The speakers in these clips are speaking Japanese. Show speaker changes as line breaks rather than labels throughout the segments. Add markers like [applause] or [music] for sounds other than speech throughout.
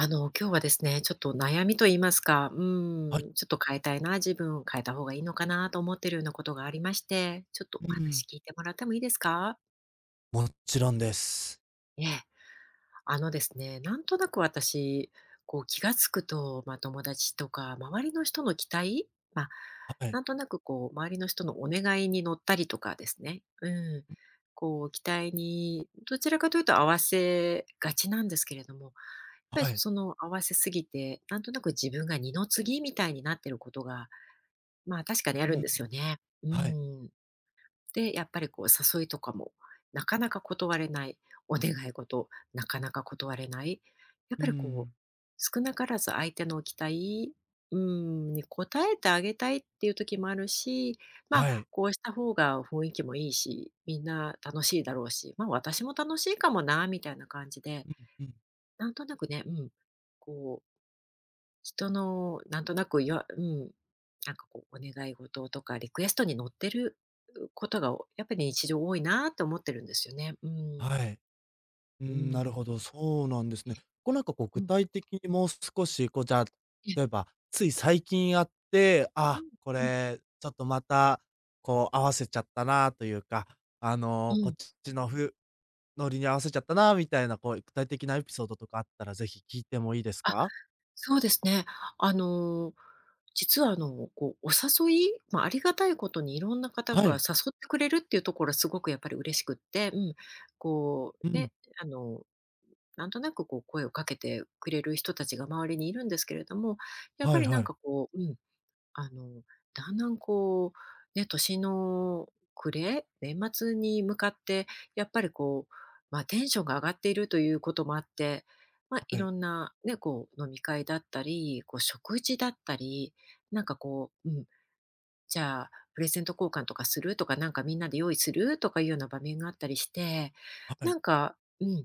今日はですね、ちょっと悩みと言いますか、
はい。
ちょっと変えたいな、自分を変えた方がいいのかなと思ってるようなことがありまして、ちょっと
う
お話
ん。
聞いてもらってもいいですか？
もちろんです。
ええ、あのですね、なんとなく私、こう気がつくと、まあ、友達とか周りの人の期待、まあ、
はい、
なんとなくこう周りの人のお願いに乗ったりとかですね、ん、こう期待にどちらかというと合わせがちなんですけれども、
はい。
その合わせすぎて、なんとなく自分が二の次みたいになってることが、まあ、確かにあ
う
るん
ん、
ですよね。う
はい。
ん。で、やっぱりこう誘いとかもなかなか断れない、お願い事、なかなか断れない。やっ
う
ぱりこ
ん。
う、少なからず相手の期待、うん、に応えてあげたいっていう時もあるし、まあ、
はい。
こうした方が雰囲気もいいし、みんな楽しいだろうし、まあ、私も楽しいかもなみたいな感じで、
うん、うん。
なんとなくね、こう人のなんとなくよ、やうん、なんかこう、お願い事とかリクエストに乗ってることが、やっぱり日常多いなと思ってるんですよね。うん。
はい。う
う
ん、なる
ん。
ほど、そうなんですね。こうなんかこう
う
具
ん。
体的にもう少し、こうじゃあ、
え
例えば、つい最近あって、
う
あ、
ん、
こ
うん、
れちょっとまた、こう合わせちゃったなというか、あ
う
の、こ
ん。
っちのノリに合わせちゃったなみたいなこう具体的なエピソードとかあったらぜひ聞いてもいいです
あ、
か？
そうですね。あの、実はこう、お誘い、まあ、ありがたいことにいろんな方
は
が誘
い。
ってくれるっていうところはすごくやっぱり嬉しくって、うん、こう、
うん。
ね、あの、なんとなくこう声をかけてくれる人たちが周りにいるんですけれども、やっ
は
ぱ
い
りな
は
ん
い。
かこうあの、だんだんこう、ね、年の暮れ、年末に向かって、やっぱりこう、まあ、テンションが上がっているということもあって、まあ、い
は
ろ
い。
んなね、こう、飲み会だったり、こう、食事だったり、なんかこう、じゃあ、プレゼント交換とかする？とか、なんかみんなで用意する？とかいうような場面があったりして、
は
な
い。
んか、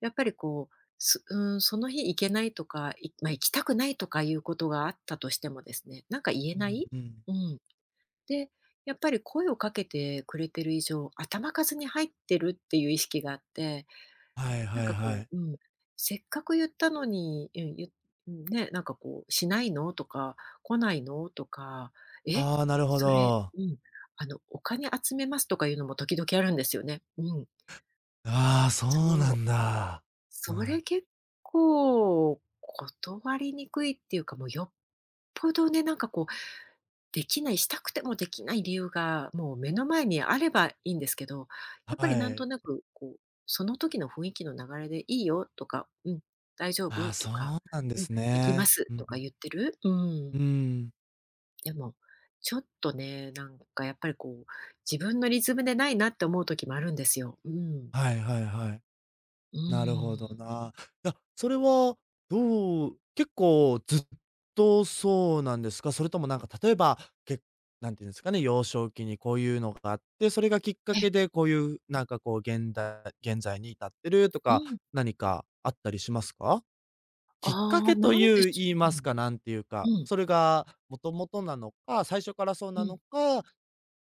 やっぱりこう、すうん、その日行けないとか、まあ、行きたくないとかいうことがあったとしてもですね、なんか言え
う
な
ん、
い。
うん。
うん。で、やっぱり声をかけてくれてる以上、頭数に入ってるっていう意識があって
はい
なん
はい
か
は
こ
い。
う、せっかく言ったのに、ゆうんね、なんかこう、しないの？とか、来ないの？とか、え、
ああ、なるほ
それ
ど。
お金集めますとかいうのも時々あるんですよね。うん。
ああ、そう
そ
な
う。
んだ。う
そ
ん。
れ結構断りにくいっていうか、もうよっぽどね、なんかこう、できない、したくてもできない理由が、もう目の前にあればいいんですけど、
は
やっぱりなんと
い。
なくこう、その時の雰囲気の流れで「いいよ」とか「うん、大丈
あ
夫」
あ、
と
そ
か
うなんで
「うん、
す
行きま
ね。
す」
う
と
んう
か
ん。
言ってるう
ー
ん。
ん。
でも、ちょっとね、なんかやっぱりこう、自分のリズムでないなって思う時もあるんですよ。うん。
はいはいはい。
う
なるほど
ーん。
な。いや、それは結構ずっとそうなんですか？それともなんか例えば、けなんていうんですかね、幼少期にこういうのがあって、それがきっか
え、
けでこういうなんかこう、現在に至ってると
う
か、
ん。
何かあったりしますか？きっか
ああ、
けと
なんで
いう
し
言い
ょ
ま
うう
す
ん。
か、なんていうか、
うん。
それがもともとなのか、最初からそう
う
なの
ん。
か、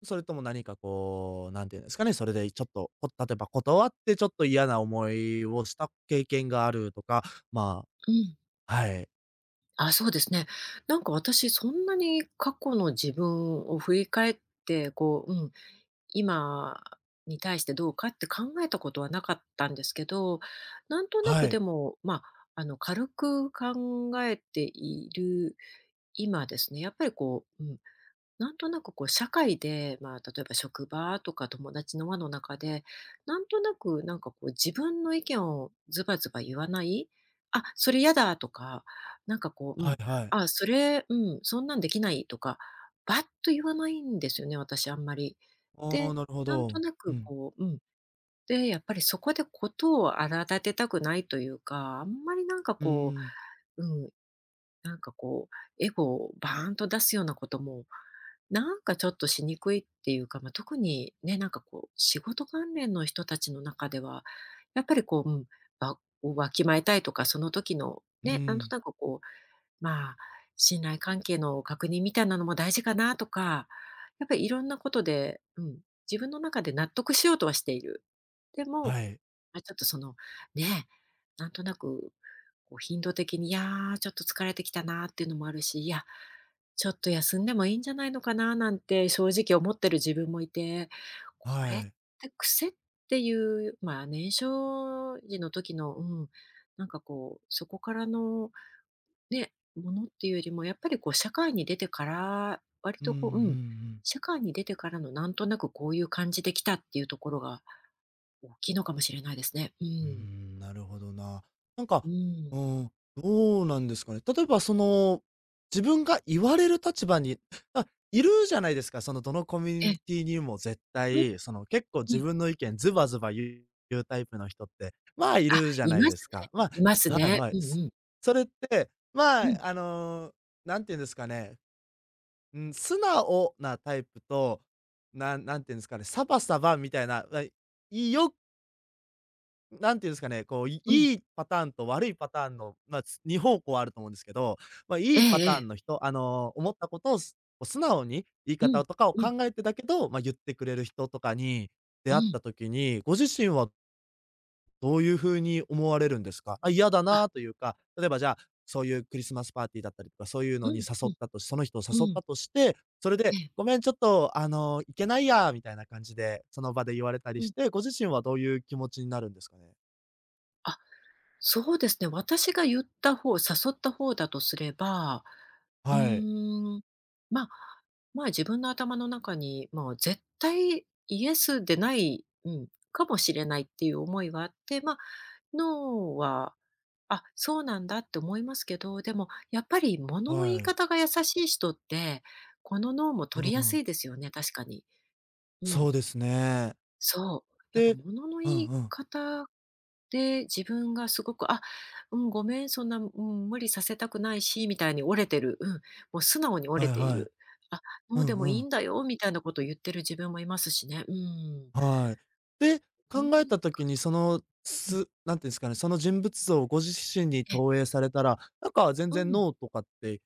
それとも何かこう、なんていうんですかね、それでちょっと、例えば断ってちょっと嫌な思いをした経験があるとか、ま
うん。
あ、はい。
あ、そうですね。なんか私そんなに過去の自分を振り返って、こう、今に対してどうかって考えたことはなかったんですけど、なんとな
は
くで
い。
も、まあ、軽く考えている今ですね、やっぱりこう、なんとなくこう社会で、まあ、例えば職場とか友達の輪の中で、なんとなくなんかこう自分の意見をズバズバ言わない、あ、それ嫌だとか、なんかこう、
はいはい。
あ、それ、そんなんできないとか、バッと言わないんですよね、私あんまり。
ああ、
で、
なるほ
なんと
ど。
な
う
く
ん。
こう、で、やっぱりそこでことを荒立てたくないというか、あんまりなんか
う
こ
ーん。
う、なんかこう、エゴをバーンと出すようなことも、なんかちょっとしにくいっていうか、まあ、特にね、なんかこう、仕事関連の人たちの中では、やっぱりこう、わをわきまえたいとか、その時の
う
ね、なんと
ん。
なくこう、まあ、信頼関係の確認みたいなのも大事かなとか、やっぱりいろんなことで、自分の中で納得しようとはしている。でも、
はい。
まあ、ちょっとその、ね、なんとなく、こう頻度的に、いやー、ちょっと疲れてきたなーっていうのもあるし、いや、ちょっと休んでもいいんじゃないのかななんて正直思ってる自分もいて、こ
は
れっ
い。
て癖っていう、まあ、年少時の時の、なんかこう、そこからのね、ものっていうよりも、やっぱりこう社会に出てから、割
うんう
と
んう
こう、
ん。
社会に出てからのなんとなくこういう感じで来たっていうところが大きいのかもしれないですね。う
うー
ん。
ん、なるほどな。なん
う
か、
ん。
うーん、どうなんですかね。例えばその、自分が言われる立場に、あ、いるじゃないですか、そのどのコミュ
え
ニ
え。
ティにも絶
うん
対、その結構
う
自
ん。
分の意見ズバズバ言うタイプの人って、まあ、い
あ、
るじゃ
い
ない
ま
で
す
す
ね。
か。ま
います
あ、はい
ね。
は
う
い。
んうん。
それって、ま
う
あ、
ん、
あの、なんて言うんですかね、うん、素直なタイプと、なんて言うんですかね、サバサバみたいな、わいよなんていうんですかね、こう、い
うん。
いいパターンと悪いパターンの、まあ、2方向あると思うんですけど、まあ、
え
いいパ
え
ターン
ええ。
の人、あの、思ったことをこう素直に言い
うん、
方とかを
う
考
ん、
えてだけど、まあ、言ってくれる人とかに出
う
会っ
ん。
た時に、ご自身はどういう風に思われるんですか？あ、嫌だ
あ、
なというか、例えばじゃあ、そういうクリスマスパーティーだったりとか、そういう
う
のに誘
ん、う
っ
ん、
たとしその人を誘っ
うん。
たとして、それ
え
で
え。
「ごめん、ちょっと、あの、いけないや」みたいな感じで、その場で言われたり
う
し
ん。
て、ご自身はどういう気持ちになるんですかね？
あ、そうですね。私が言った方、誘った方だとすれば、う
はい。
ーん、まあ、まあ、自分の頭の中に、もう絶対イエスでない、かもしれないっていう思いはあって、まあ、ノーはあ、そうなんだって思いますけど、でもやっぱり物の言
は
い
い。
方が優しい人って、この脳も
う
取りやす
ん。
いですよね、確かに。う
そ
ん、
うですね。
そう。やっぱ
で、
物の言
うん
い
うん。
方で自分がすごく「あ、うん、ごめん、そんな、うん、無理させたくないし」みたいに折れてる。うん、もう素直に折れ
はい
てい
はい。
る。「あ、も
う
うで
ん
も
う
いい
ん。
んだよ」みたいなことを言ってる自分もいますしね。うん。
はい。で、
物
考
の
え
言い
た時に
方
その、
うん。
なんていうんですかね、その人物像をご自身に
え、
投影されたら、なんか全
う
然
ん。
ノーとかって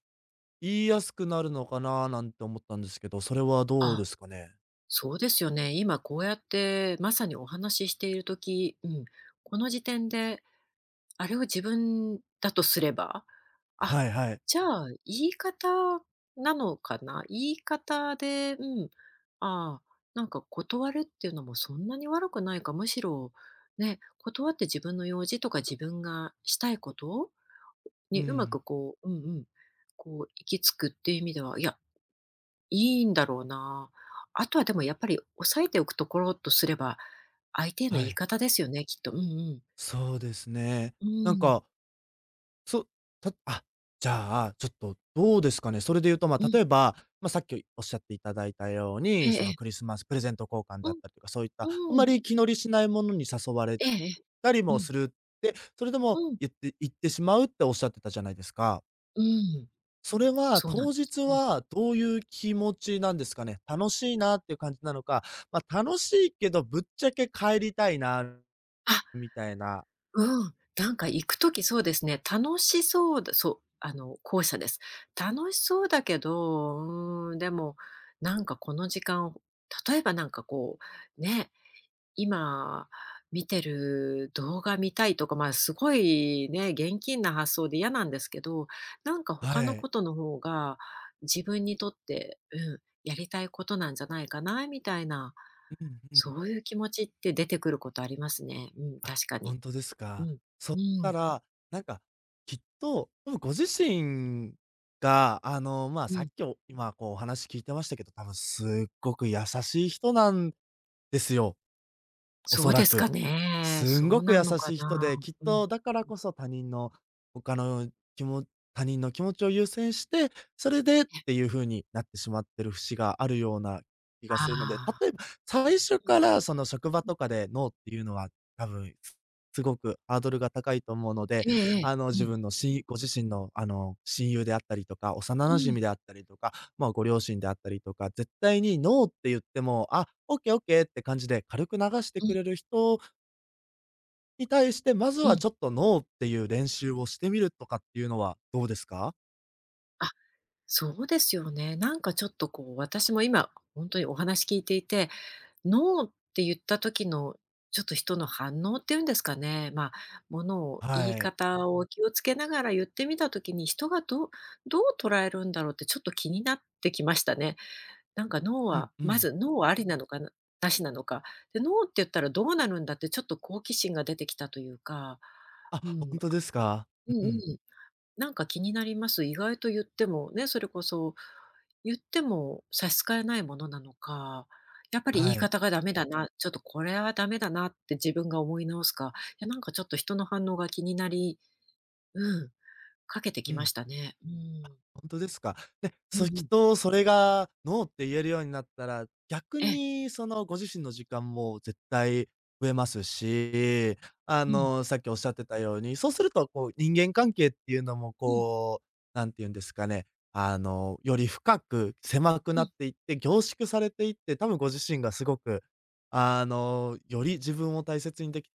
言いやすくなるのかななんて思ったんですけど、それはどう
あ
ですかね？
そうですよね。今こうやってまさにお話ししている時、この時点で、あれを自分だとすれば、あ、
はいはい。
じゃあ言い方なのかな。言い方で、ああ、なんか断るっていうのもそんなに悪くないか、むしろね、断って自分の用事とか自分がしたいこと
う
にうまく
ん。
こうこう行き着くっていう意味では、いや、いいんだろうな。あとはでもやっぱり押さえておくところとすれば、相手への
は
言い
い。
方ですよね、きっと。うんうん。
そうですね。
う
なん
ん。
かそたあ、じゃあ、ちょっとどうですかね。それで言うと、ま
う
あ、
ん。
例えば、まあ、さっきおっしゃっていただいたよう
ええ
に、そ
え
の
え。
クリスマスプレゼント交換であ
う
っ
ん
たりとか、そういったあん
う
ま
ん。
り気乗りしないものに誘われ
ええええ。
たり
う
も
ん。
するって、それで
う
も
ん。
言って行ってしまうっておっしゃってたじゃないですか。
うん。
それは
そうなん
当
です。
日
うん。
はどういう気持ちなんですかね。楽しいなっていう感じなのか、まあ、楽しいけどぶっちゃけ帰りたいな
あ、
みたいな。
うん。なんか行くときそうですね、楽しそうだそう、後者です。楽しそうだけど、でも、なんかこの時間、例えばなんかこう、ね今見てる動画見たいとか、まあ、すごいね、現金な発想で嫌なんですけど、なんか他
は
の
い。
ことの方が自分にとって、やりたいことなんじゃないかなみたいな、
うんう
そ
ん。
ういう気持ちって出てくることありますね。うん、
あ、
確かに。
本当です
う
か。
ん。
そ
う
した
ん。
ら、なんか、きっと、多分ご自身が、あの、まあ、
う
さっ
ん。
き今こうお話聞いてましたけど、多分すっごく優しい人なんですよ。お
そ
そ
うで
ら
すか
く。
ね。
すん
そ
ご
う
く
な
優
のか
しい人
な。
で、きっ
うん。
とだからこそ他人の他のきも他人の気持ちを優先して、それでっていう風になってしまってる節があるような気がするので、
ああ。
例えば、最初からその職場とかでノーっていうのは多分、すごくハードルが高いと思うので、
ええええ。
あの、
う
自
ん。
分のしご自身のあの、親友であったりとか、
う
幼馴
ん。
染であったりとか、まあ、ご両親であったりとか、絶対にノーって言っても、あ、オッケーオッケーって感じで軽く流して
う
く
ん。
れる人に対して、まず
う
は
ん。
ちょっとノーっていう練習をしてみるとかっていうのはどうですか？
あそうですよね。なんかちょっとこう、私も今、本当にお話聞いていて、ノーって言った時のちょっと人の反応っていうんですかね、まあ、ものを言い
はい。
方を気をつけながら言ってみた時に、人がどう捉えるんだろうってちょっと気になってきましたね。なんかノー
う
は、
んう
ま
ん。
ずノーはありなのかな、なしなのか。で、ノーって言ったらどうなるんだってちょっと好奇心が出てきたというか、う
あ、ほ
ん、
んとですか？
うん
う
う
んうん。
ん。なんか気になります。意外と言っても、ね、それこそ、言っても差し支えないものなのか、やっぱり言
は
い
い。
方がダメだな、ちょっとこれはダメだなって自分が思い直すか、いやなんかちょっと人の反応が気になり、うん、かけて
う
きま
ん。
したね。うん。
ほんとですか。で、
うんう
きっ
ん。
とそれがノーって言えるようになったら、逆
ええ。
にそのご自身の時間も絶対増えますし、あ
うん。
の、さっきおっしゃってたように、そうするとこう人間関係っていうのも
うん
こう、何て言うんですかね、あの、より深く狭く
う
なっ
ん。
ていって、凝縮されていって、多分ご自身がすごく、あの、より自分を大切にでき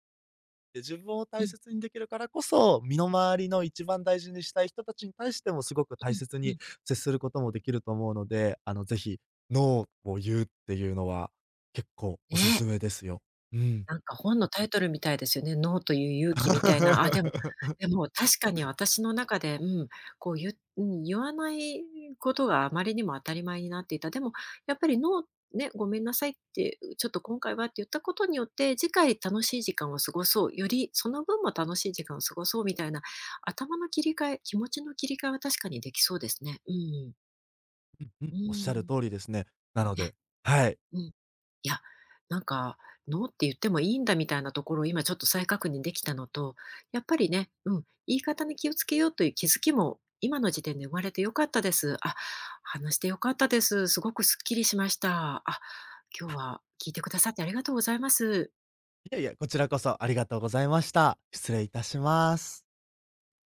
で、自分を
う
大
ん
切にできるからこそ、身の回りの一番大事にしたい人たちに対してもすごく
う
大
ん
切
う
に
ん。
接することもできると思うので、あの、ぜひ、ノーを言うっていうのは結構おすす
ね。
めですよ。うん。
なんか本のタイトルみたいですよね。ノーという勇気みたいな。あ、でもで
[laughs]
も確かに私の中で、こう言う言わないことがあまりにも当たり前になっていた。でもやっぱりノーね、ごめんなさいって、ちょっと今回はって言ったことによって、次回楽しい時間を過ごそう、よりその分も楽しい時間を過ごそうみたいな、頭の切り替え、気持ちの切り替えは確かにできそうですね。うん。
うんう
う
ん、おっしゃ
ん。ね、
る通りですね。なので、はい。
うん。いや、なんか、ノーって言ってもいいんだみたいなところを今ちょっと再確認できたのと、やっぱりね、言い方に気をつけようという気づきも今の時点で生まれてよかったです。あ、話してよかったです。すごくすっきりしました。あ、今日は聞いてくださってありがとうございます。
いやいや、こちらこそありがとうございました。失礼いたします。